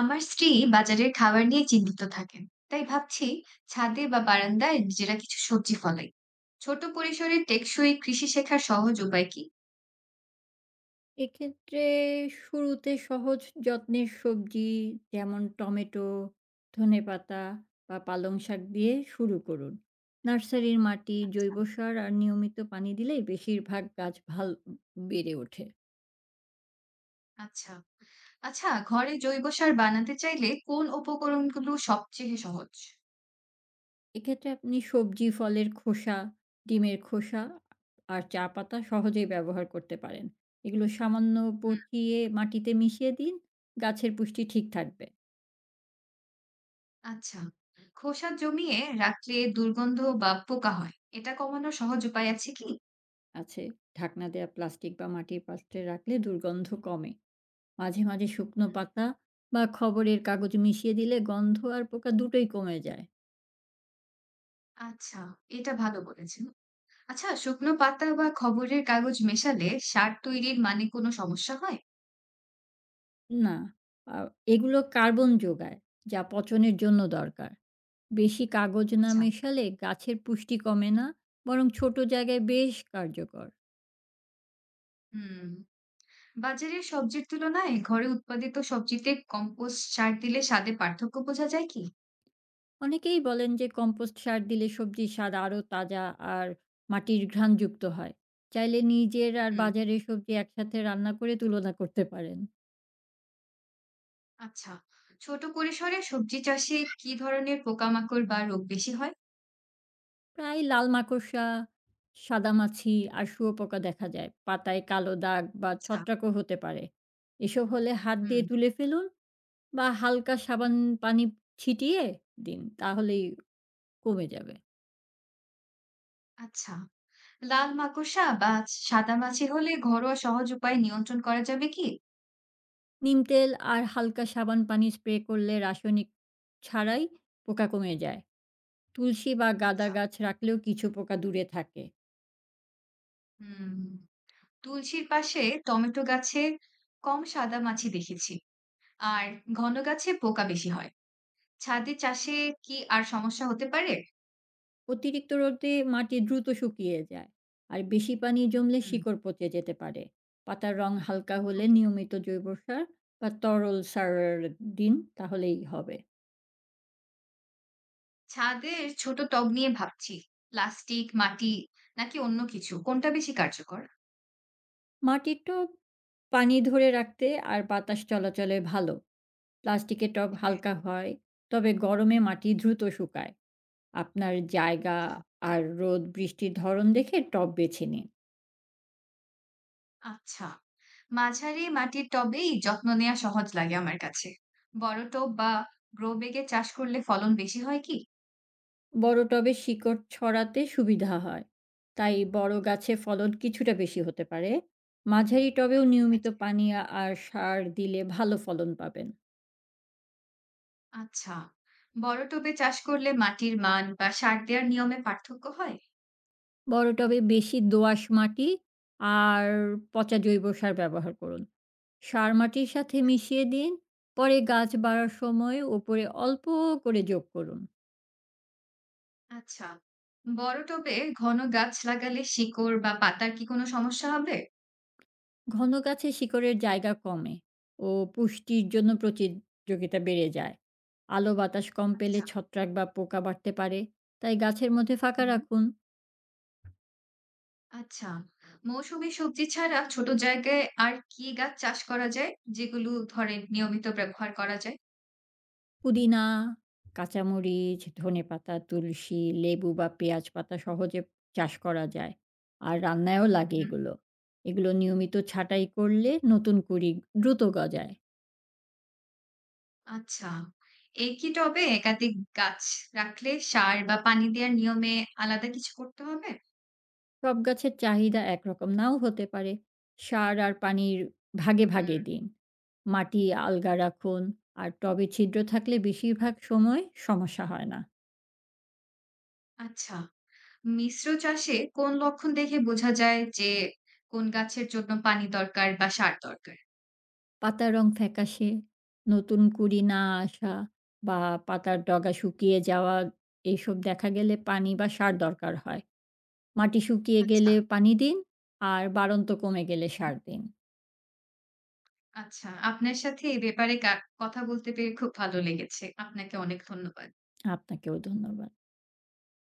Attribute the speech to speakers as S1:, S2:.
S1: আমার স্ত্রী বাজারের খাবার নিয়ে চিন্তিত থাকেন, তাই ভাবছি ছাদে বা বারান্দায় নিজেরা কিছু সবজি ফলাই। ছোট পরিসরে টেকসই কৃষি শেখার সহজ উপায় কি?
S2: এক্ষেত্রে শুরুতে সহজ যত্নের সবজি যেমন টমেটো, ধনেপাতা বা পালং শাক দিয়ে শুরু করুন। নার্সারির মাটি,
S1: আচ্ছা।
S2: জৈব সার আর নিয়মিত পানি দিলেই বেশিরভাগ গাছ ভাল বেড়ে ওঠে।
S1: আচ্ছা। আচ্ছা, ঘরে জৈব সার বানাতে চাইলে কোন উপকরণগুলো সবচেয়ে সহজ?
S2: এক্ষেত্রে আপনি সবজি, ফলের খোসা, ডিমের খোসা আর চা পাতা সহজেই ব্যবহার করতে পারেন। এগুলো সামান্য
S1: হুম।
S2: পচিয়ে মাটিতে মিশিয়ে দিন, গাছের পুষ্টি ঠিক থাকবে।
S1: আচ্ছা, খোসা জমিয়ে রাখলে দুর্গন্ধ বা পোকা হয়, এটা কমানোর সহজ উপায় আছে কি?
S2: আছে, ঢাকনা দেওয়া প্লাস্টিক বা মাটির পাত্রে রাখলে দুর্গন্ধ কমে। মাঝে মাঝে শুকনো
S1: হুম।
S2: পাতা বা খবরের কাগজ মিশিয়ে দিলে গন্ধ আর পোকা দুটোই কমে যায়।
S1: আচ্ছা, এটা ভালো বলেছেন। আচ্ছা, শুকনো পাতা বা খবরের কাগজ মেশালে সার তৈরির মানে কোনো সমস্যা হয়?
S2: না, আ এগুলো কার্বন যোগায়, যা পচনের জন্য দরকার। বেশি কাগজ না
S1: আচ্ছা।
S2: মেশালে গাছের পুষ্টি কমে না, বরং ছোট জায়গায় বেশ কার্যকর।
S1: হুম। বাজারের সবজির তুলনায় ঘরে উৎপাদিত সবজিতে কম্পোস্ট সার দিলে স্বাদে পার্থক্য বোঝা যায় কি?
S2: অনেকেই বলেন যে কম্পোস্ট সার দিলে সবজির স্বাদ আরও তাজা আর মাটির ঘ্রাণযুক্ত হয়। চাইলে নিজের আর
S1: হুম।
S2: বাজারের সবজি একসাথে রান্না করে তুলনা করতে পারেন।
S1: আচ্ছা। ছোট পরিসরে সবজি চাষে কি ধরনের পোকামাকড় বা রোগ বেশি হয়?
S2: প্রায় লাল মাকড়সা, সাদামাছি আর শুঁয়োপোকা দেখা যায়। পাতায় কালো দাগ বা
S1: আচ্ছা।
S2: ছত্রাকও হতে পারে। এসব হলে হাত দিয়ে
S1: হুম।
S2: তুলে ফেলুন বা হালকা সাবান পানি ছিটিয়ে দিন, তাহলেই কমে যাবে।
S1: আচ্ছা, লাল মাকড়সা বা সাদা মাছি হলে ঘরোয়া সহজ উপায়ে নিয়ন্ত্রণ করা যাবে কি?
S2: নিম তেল আর হালকা সাবান পানি স্প্রে করলে রাসায়নিক ছাড়াই পোকা কমে যায়। তুলসী বা গাঁদা
S1: আচ্ছা।
S2: গাছ রাখলেও কিছু পোকা দূরে থাকে।
S1: হুম। তুলসীর পাশে টমেটো গাছে কম সাদা মাছি দেখেছি। আর ঘন গাছে পোকা বেশি হয়। ছাদে চাষে কি আর সমস্যা হতে পারে?
S2: অতিরিক্ত রোদে মাটি দ্রুত শুকিয়ে যায় আর বেশি পানি জমলে
S1: হুম।
S2: শিকড় পচে যেতে পারে। পাতার রং হালকা হলে
S1: ওকে।
S2: নিয়মিত জৈব সার বা তরল সার দিন, তাহলেই হবে।
S1: ছাদের ছোট টব নিয়ে ভাবছি। প্লাস্টিক, মাটি নাকি অন্য কিছু? কোনটা বেশি কার্যকর?
S2: মাটির টব পানি ধরে রাখতে আর বাতাস চলাচলে ভালো। প্লাস্টিকের টব
S1: হ্যাঁ।
S2: হালকা হয়, তবে গরমে মাটি দ্রুত শুকায়। আপনার জায়গা আর রোদ বৃষ্টির ধরন দেখে টব বেছে নিন।
S1: আচ্ছা, মাঝারি মাটির টবেই যত্ন নেয়া সহজ লাগে আমার কাছে। বড় টব বা গ্রো ব্যাগে চাষ করলে ফলন বেশি হয় কি?
S2: বড় টবে শিকড় ছড়াতে সুবিধা হয়। তাই বড় গাছে ফলন কিছুটা বেশি হতে পারে। মাঝারি টবেও
S1: ঠিক
S2: নিয়মিত
S1: আছে।
S2: পানি আর সার দিলে ভালো ফলন পাবেন।
S1: আচ্ছা, বড় টবে চাষ করলে মাটির মান বা সার দেওয়ার নিয়মে পার্থক্য হয়?
S2: বড় টবে বেশি দোআঁশ মাটি আর পচা জৈব সার ব্যবহার করুন। সার মাটির সাথে
S1: ঠিক আছে।
S2: মিশিয়ে দিন। পরে গাছ বাড়ার সময় ওপরে অল্প করে যোগ করুন।
S1: আচ্ছা, বড় টবে ঘন গাছ লাগালে শিকড় বা পাতার কি কোনো সমস্যা হবে?
S2: ঘন গাছে শিকড়ের জায়গা কমে ও পুষ্টির জন্য প্রতিযোগিতা বেড়ে যায়। আলো বাতাস কম পেলে
S1: আচ্ছা।
S2: ছত্রাক বা পোকা বাড়তে পারে, তাই গাছের মধ্যে ফাঁকা
S1: হুম।
S2: রাখুন।
S1: আচ্ছা, মৌসুমী সবজি ছাড়া ছোট জায়গায় আর কি গাছ চাষ করা যায়? যেগুলো ধরেন নিয়মিত ব্যবহার করা যায়?
S2: পুদিনা, কাঁচামরিচ, ধনেপাতা, তুলসী, লেবু বা পেঁয়াজ পাতা সহজে চাষ করা যায় আর রান্নায়ও
S1: হু,
S2: লাগে
S1: হুম।
S2: এগুলো। এগুলো নিয়মিত ছাঁটাই করলে নতুন কুড়ি দ্রুত গজায়।
S1: আচ্ছা, একই টবে একাধিক গাছ রাখলে সার বা পানি দেওয়ার নিয়মে আলাদা কিছু করতে হবে?
S2: সব গাছের চাহিদা একরকম নাও হতে পারে। সার আর পানির ভাগে,
S1: হুম।
S2: ভাগে দিন। মাটি আলগা রাখুন আর টবে ছিদ্র থাকলে বেশিরভাগ সময় সমস্যা হয় না।
S1: আচ্ছা, মিশ্র চাষে কোন লক্ষণ দেখে বোঝা যায় যে কোন গাছের জন্য পানি দরকার বা সার দরকার?
S2: পাতার রং ফ্যাকাশে, নতুন কুঁড়ি না আসা বা পাতার ডগা শুকিয়ে যাওয়া, এইসব দেখা গেলে পানি বা সার দরকার হয়। মাটি শুকিয়ে
S1: আচ্ছা।
S2: গেলে পানি দিন আর বাড়ন্ত কমে গেলে
S1: হুম।
S2: সার দিন।
S1: আচ্ছা, আপনার সাথে এ ব্যাপারে কথা বলতে পেরে খুব ভালো লেগেছে। আপনাকে অনেক ধন্যবাদ।
S2: আপনাকেও ধন্যবাদ।